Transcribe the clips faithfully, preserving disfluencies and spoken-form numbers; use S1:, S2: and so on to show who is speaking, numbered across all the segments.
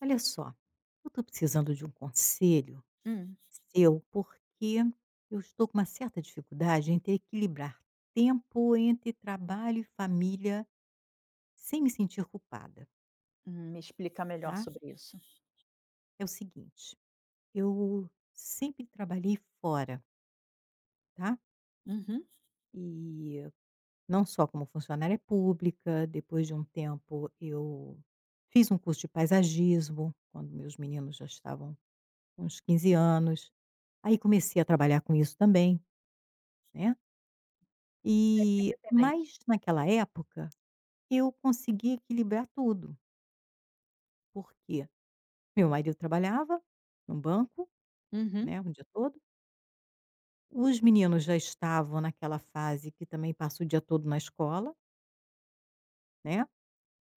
S1: Olha só, eu estou precisando de um conselho
S2: Hum.
S1: seu, porque eu estou com uma certa dificuldade entre equilibrar tempo entre trabalho e família sem me sentir culpada,
S2: Hum, me explica melhor
S1: tá?
S2: sobre isso.
S1: É o seguinte, eu sempre trabalhei fora, tá?
S2: Uhum.
S1: E não só como funcionária pública, depois de um tempo eu fiz um curso de paisagismo, quando meus meninos já estavam com uns quinze anos. Aí comecei a trabalhar com isso também, né?
S2: Sempre
S1: E
S2: independente.
S1: mas naquela época, eu consegui equilibrar tudo, porque meu marido trabalhava num banco,
S2: Uhum.
S1: né, o dia todo, os meninos já estavam naquela fase que também passa o dia todo na escola, né,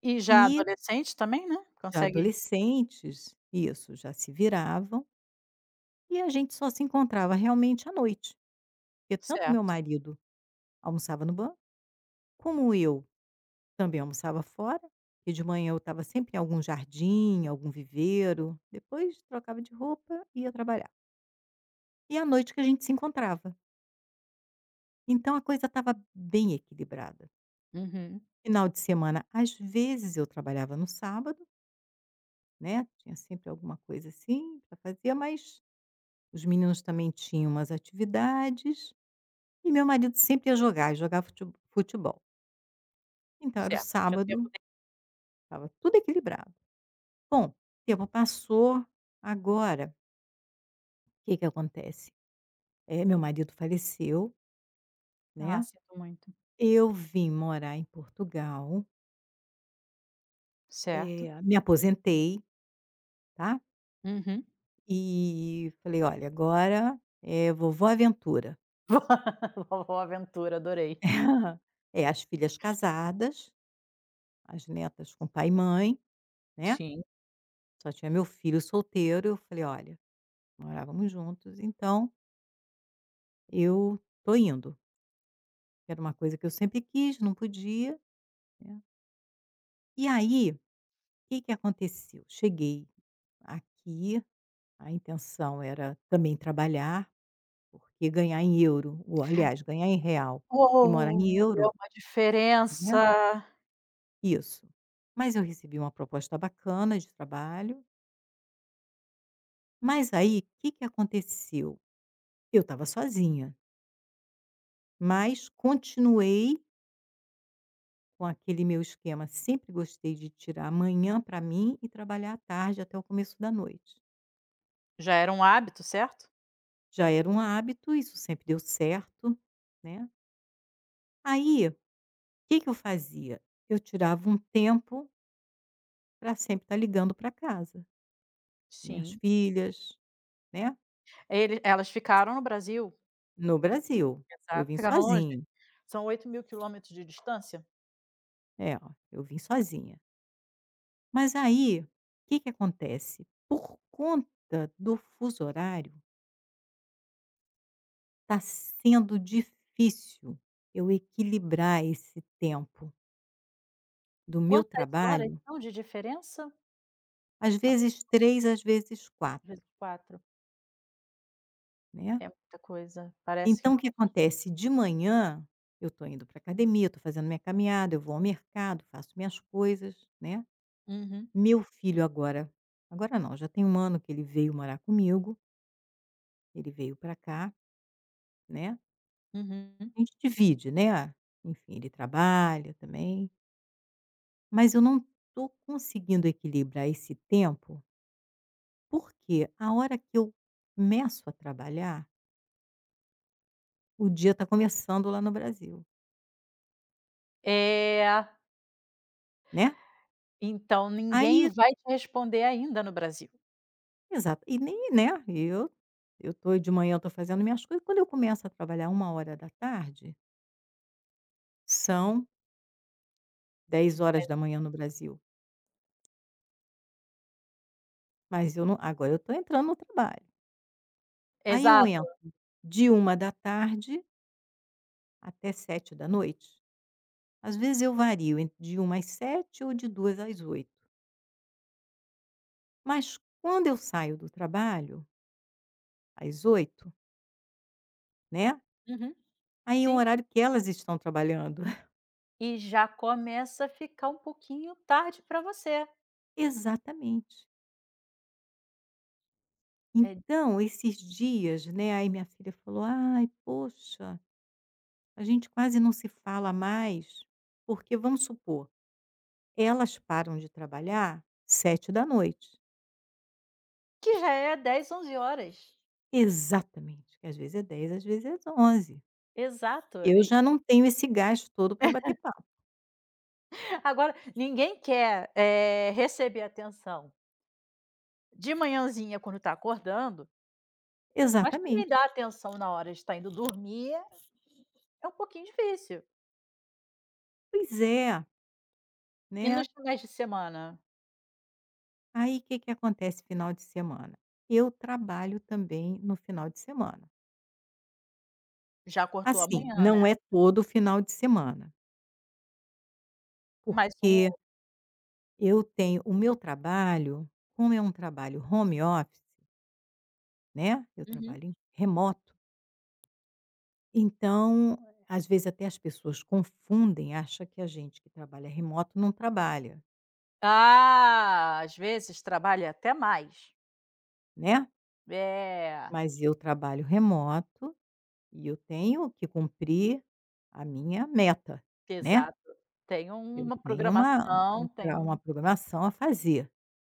S2: E já
S1: e
S2: adolescente também, né,
S1: já
S2: consegue.
S1: adolescentes, isso, já se viravam, e a gente só se encontrava realmente à noite, porque tanto meu
S2: Certo.
S1: marido almoçava no banco, como eu também almoçava fora, e de manhã eu estava sempre em algum jardim, algum viveiro, depois trocava de roupa e ia trabalhar. E à noite que a gente se encontrava. Então a coisa estava bem equilibrada.
S2: Uhum.
S1: Final de semana, às vezes eu trabalhava no sábado, né, tinha sempre alguma coisa assim para fazer, mas os meninos também tinham umas atividades, e meu marido sempre ia jogar, jogar fute futebol. Então era o
S2: Certo. Já tempo
S1: sábado,
S2: de
S1: estava tudo equilibrado. Bom, o tempo passou, agora Que que acontece? Eh, meu marido faleceu,
S2: Ah,
S1: né,
S2: sinto muito.
S1: eu vim morar em Portugal,
S2: Certo.
S1: eh, me aposentei, tá,
S2: Uhum.
S1: e falei: "Olha, agora é vovó aventura".
S2: Vovó Aventura, adorei.
S1: É, as filhas casadas, as netas com pai e mãe, né,
S2: Sim.
S1: só tinha meu filho solteiro, eu falei: "Olha, morávamos juntos, então eu tô indo". Era uma coisa que eu sempre quis, não podia, né. E aí, o que que aconteceu? Cheguei aqui. A intenção era também trabalhar, porque ganhar em euro, ou aliás, ganhar em real e morar
S2: Uou,
S1: em
S2: é
S1: euro,
S2: uma
S1: né,
S2: diferença.
S1: isso. Mas eu recebi uma proposta bacana de trabalho, mas aí o que que aconteceu? Eu estava sozinha, mas continuei com aquele meu esquema, sempre gostei de tirar a manhã para mim e trabalhar à tarde até o começo da noite.
S2: Já era um hábito, certo?
S1: Já era um hábito, isso sempre deu certo, né. Aí, o que que eu fazia? Eu tirava um tempo para sempre estar ligando para casa, minhas
S2: Sim.
S1: filhas, né,
S2: Ele elas ficaram no Brasil?
S1: no Brasil. Eu
S2: Exato.
S1: vim
S2: Ficaram longe?
S1: sozinha.
S2: São oito mil quilômetros de distância?
S1: É, ó, eu vim sozinha. Mas aí, o que que acontece? Por conta do fuso horário, está sendo difícil eu equilibrar esse tempo do meu
S2: Quantas horas
S1: trabalho,
S2: são de diferença?
S1: às vezes três, às vezes
S2: Vezes
S1: quatro,
S2: quatro
S1: né.
S2: é muita coisa, parece que
S1: Então o
S2: não
S1: que
S2: é.
S1: acontece? De manhã, eu estou indo pra academia, estou fazendo minha caminhada, eu vou ao mercado, faço minhas coisas, né.
S2: Uhum,
S1: Meu filho agora, agora não, já tem um ano que ele veio morar comigo, ele veio para cá, né,
S2: uhum.
S1: a gente divide, né, enfim, ele trabalha também, mas eu não tô conseguindo equilibrar esse tempo, porque a hora que eu começo a trabalhar, o dia tá começando lá no Brasil,
S2: Eh,
S1: né.
S2: então ninguém
S1: Aí
S2: vai te responder ainda no Brasil.
S1: exato, e nem, né, eu eu tô de manhã eu tô fazendo minhas coisas, quando eu começo a trabalhar uma hora da tarde são dez horas da manhã no Brasil. Mas eu não, agora eu tô entrando no trabalho. Aí eu
S2: Exato.
S1: entro de uma da tarde até sete da noite. Às vezes eu vario en de uma às sete ou de duas às oito. Mas quando eu saio do trabalho, às oito, né,
S2: Uhum,
S1: aí é um
S2: sim, sim.
S1: horário que elas estão trabalhando.
S2: E já começa a ficar um pouquinho tarde para você,
S1: Exatamente.
S2: eh,
S1: Então esses dias, né, aí minha filha falou: "Ai, poxa, a gente quase não se fala mais", porque vamos supor, elas param de trabalhar sete da noite.
S2: que já é dez, onze horas.
S1: Exatamente, que às vezes é dez, às vezes é onze.
S2: Exato.
S1: Eu
S2: E
S1: já não tenho esse gasto todo para bater papo.
S2: agora ninguém quer, eh, receber atenção de manhãzinha quando está acordando, mas também
S1: Exatamente.
S2: dar atenção na hora de estar indo dormir é um pouquinho difícil.
S1: Pois é,
S2: E nos
S1: né.
S2: finais de semana?
S1: Aí o que que acontece final de semana? Eu trabalho também no final de semana.
S2: Já cortou
S1: Assim,
S2: amanhã, né.
S1: não é todo final de semana,
S2: Mais um
S1: porque eu tenho o meu trabalho, como é um trabalho home office, né, eu
S2: Uhum.
S1: trabalho em remoto, então, às vezes até as pessoas confundem, acham que a gente que trabalha remoto não trabalha.
S2: Ah, às vezes trabalha até mais.
S1: Né,
S2: É,
S1: mas eu trabalho remoto e eu tenho que cumprir a minha meta, né,
S2: exato. Tem
S1: eu
S2: uma
S1: tenho uma
S2: programação,
S1: um
S2: tem
S1: tra
S2: um,
S1: uma programação a fazer.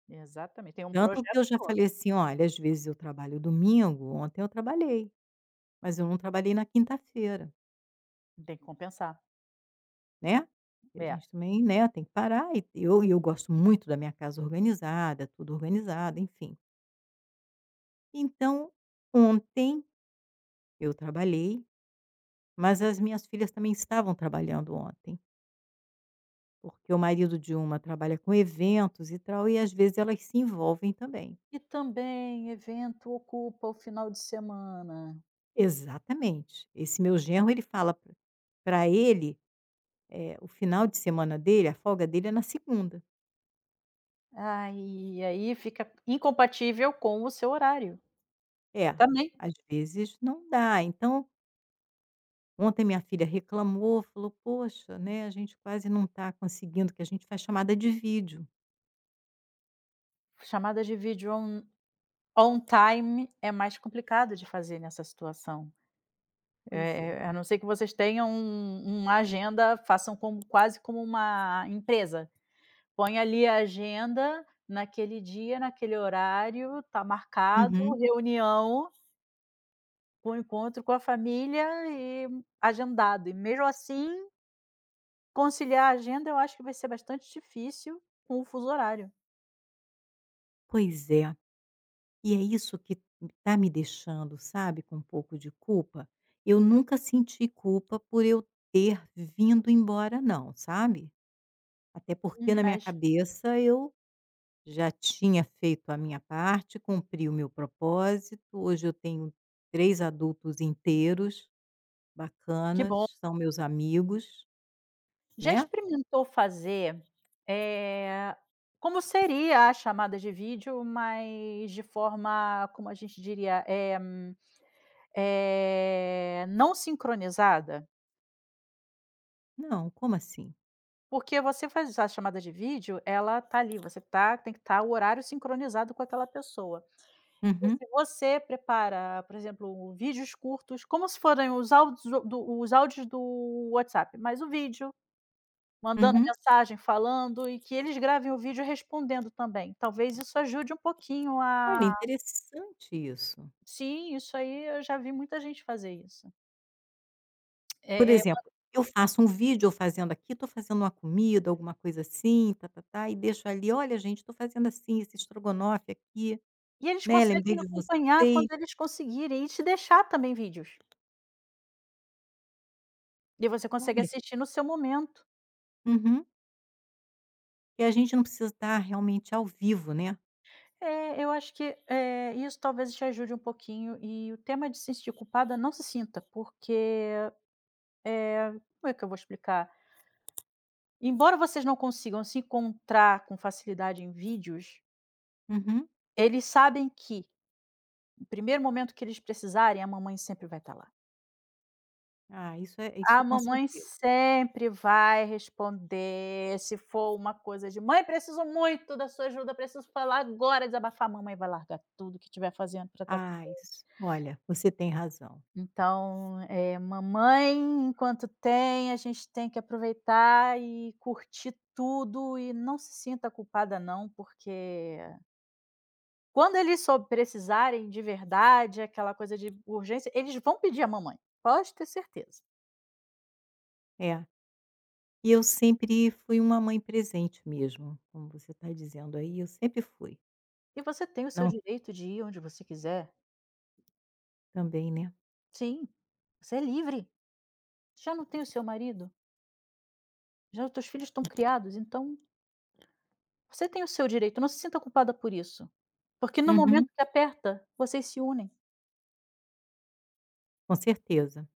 S2: exatamente, tem um
S1: Tanto que
S2: projeto
S1: eu já
S2: todo.
S1: falei assim: "Olha, às vezes eu trabalho domingo, ontem eu trabalhei, mas eu não trabalhei na quinta-feira",
S2: Tem que compensar.
S1: né, porque a
S2: É.
S1: gente também, né, tem que parar e eu e eu gosto muito da minha casa organizada, tudo organizado, enfim. Então, ontem eu trabalhei, mas as minhas filhas também estavam trabalhando ontem. Porque o marido de uma trabalha com eventos e tal, e às vezes elas se envolvem também.
S2: E também evento ocupa o final de semana.
S1: Exatamente. Esse meu genro, ele fala para ele, eh, o final de semana dele, a folga dele é na segunda.
S2: Aí aí fica incompatível com o seu horário.
S1: É,
S2: Também,
S1: às vezes não dá. Então, ontem minha filha reclamou, falou: "Poxa, né, a gente quase não está conseguindo, que a gente faz chamada de vídeo".
S2: chamada de vídeo on on time é mais complicado de fazer nessa situação.
S1: Pois é.
S2: Eh eh, a não ser que vocês tenham um uma agenda, façam como quase como uma empresa. Põe ali a agenda, naquele dia, naquele horário, está marcado,
S1: Uhum.
S2: reunião, com encontro com a família e agendado. E mesmo assim, conciliar a agenda eu acho que vai ser bastante difícil com o fuso horário.
S1: Pois é. E é isso que tá me deixando, sabe, com um pouco de culpa. Eu nunca senti culpa por eu ter vindo embora não, sabe. Até porque
S2: Uhum,
S1: na minha
S2: mas
S1: cabeça eu já tinha feito a minha parte, cumpri o meu propósito, hoje eu tenho três adultos inteiros,
S2: que bom.
S1: bacanas, são meus amigos,
S2: Já
S1: né.
S2: experimentou fazer, eh, como seria a chamada de vídeo, mas de forma, como a gente diria, eh, hum, eh, não sincronizada?
S1: Não, como assim?
S2: Porque você faz a chamada de vídeo, ela tá ali, você tá tem que estar o horário sincronizado com aquela pessoa. E
S1: Uhum,
S2: se você prepara, por exemplo, vídeos curtos, como se forem os áudios do do- os áudios do WhatsApp, mas o vídeo. Mandando
S1: uhum.
S2: mensagem, falando e que eles gravem o vídeo respondendo também, talvez isso ajude um pouquinho
S1: Olha,
S2: a
S1: interessante isso.
S2: sim, isso aí eu já vi muita gente fazer isso.
S1: Por
S2: É é
S1: exemplo, eu faço um vídeo eu fazendo aqui, estou fazendo uma comida, alguma coisa assim, tá-tá-tá, e deixo ali: "Olha gente, estou fazendo assim, esse estrogonofe aqui,
S2: E eles
S1: né, lembrei
S2: conseguem
S1: de
S2: acompanhar
S1: vocês".
S2: quando eles conseguirem e te deixar também vídeos, e você consegue
S1: Olha,
S2: assistir no seu momento.
S1: uhum. E a gente não precisa estar realmente ao vivo, né.
S2: É, eu acho que, eh, isso talvez te ajude um pouquinho e o tema de se sentir culpada, não se sinta, porque, eh, como é que eu vou explicar? Embora vocês não consigam se encontrar com facilidade em vídeos,
S1: Uhum.
S2: eles sabem que, no primeiro momento que eles precisarem, a mamãe sempre vai estar lá.
S1: Ah, isso é
S2: A
S1: isso com
S2: mamãe
S1: certeza.
S2: sempre vai responder, se for uma coisa de: "Mãe, preciso muito da sua ajuda, preciso falar agora", desabafar, a mamãe vai largar tudo que estiver fazendo para estar com
S1: Ah,
S2: eles.
S1: isso. Olha, você tem razão.
S2: Então, eh, mamãe, enquanto tem, a gente tem que aproveitar e curtir tudo e não se sinta culpada não, porque, quando eles sob precisarem de verdade, aquela coisa de urgência, eles vão pedir a mamãe, pode ter certeza.
S1: É. E eu sempre fui uma mãe presente mesmo, como você está dizendo aí, eu sempre fui.
S2: E você tem o seu
S1: Não
S2: direito de ir onde você quiser.
S1: também, né.
S2: Sim, você é livre. Já não tem o seu marido, já os teus filhos estão criados, então você tem o seu direito, não se sinta culpada por isso. Porque no momento
S1: Uhum.
S2: que aperta, vocês se unem,
S1: Com certeza.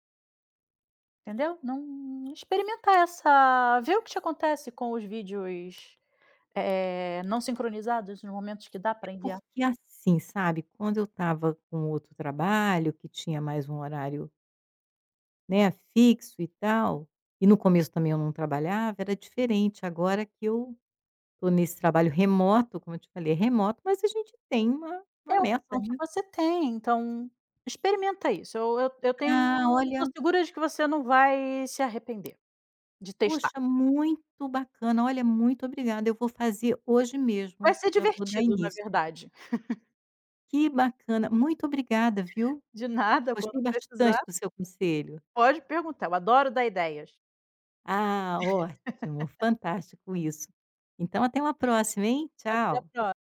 S2: entendeu? Não, experimenta essa, ver o que te acontece com os vídeos, eh, não sincronizados nos momentos que dá
S1: É
S2: para enviar.
S1: porque assim, sabe, quando eu estava com outro trabalho, que tinha mais um horário, né, fixo e tal, e no começo também eu não trabalhava, era diferente. Agora que eu tô nesse trabalho remoto, como eu te falei, é remoto, mas a gente tem uma
S2: É
S1: uma
S2: a
S1: meta,
S2: opção que
S1: né.
S2: você tem, então experimenta isso. Eu eu eu tenho
S1: "Ah,
S2: eu tô
S1: olha,
S2: segura de que você não vai se arrepender de testar.
S1: poxa, muito bacana. Olha, muito obrigada. Eu vou fazer hoje
S2: Vai
S1: mesmo,
S2: ser
S1: já vou dar
S2: divertido, na
S1: início.
S2: verdade.
S1: Que bacana. Muito obrigada, viu.
S2: De nada, quando
S1: Gostei
S2: precisar,
S1: bastante do seu conselho".
S2: pode perguntar. Eu adoro dar ideias.
S1: Ah, ótimo, fantástico isso. Então até uma próxima, hein.
S2: Até a
S1: Tchau.
S2: próxima.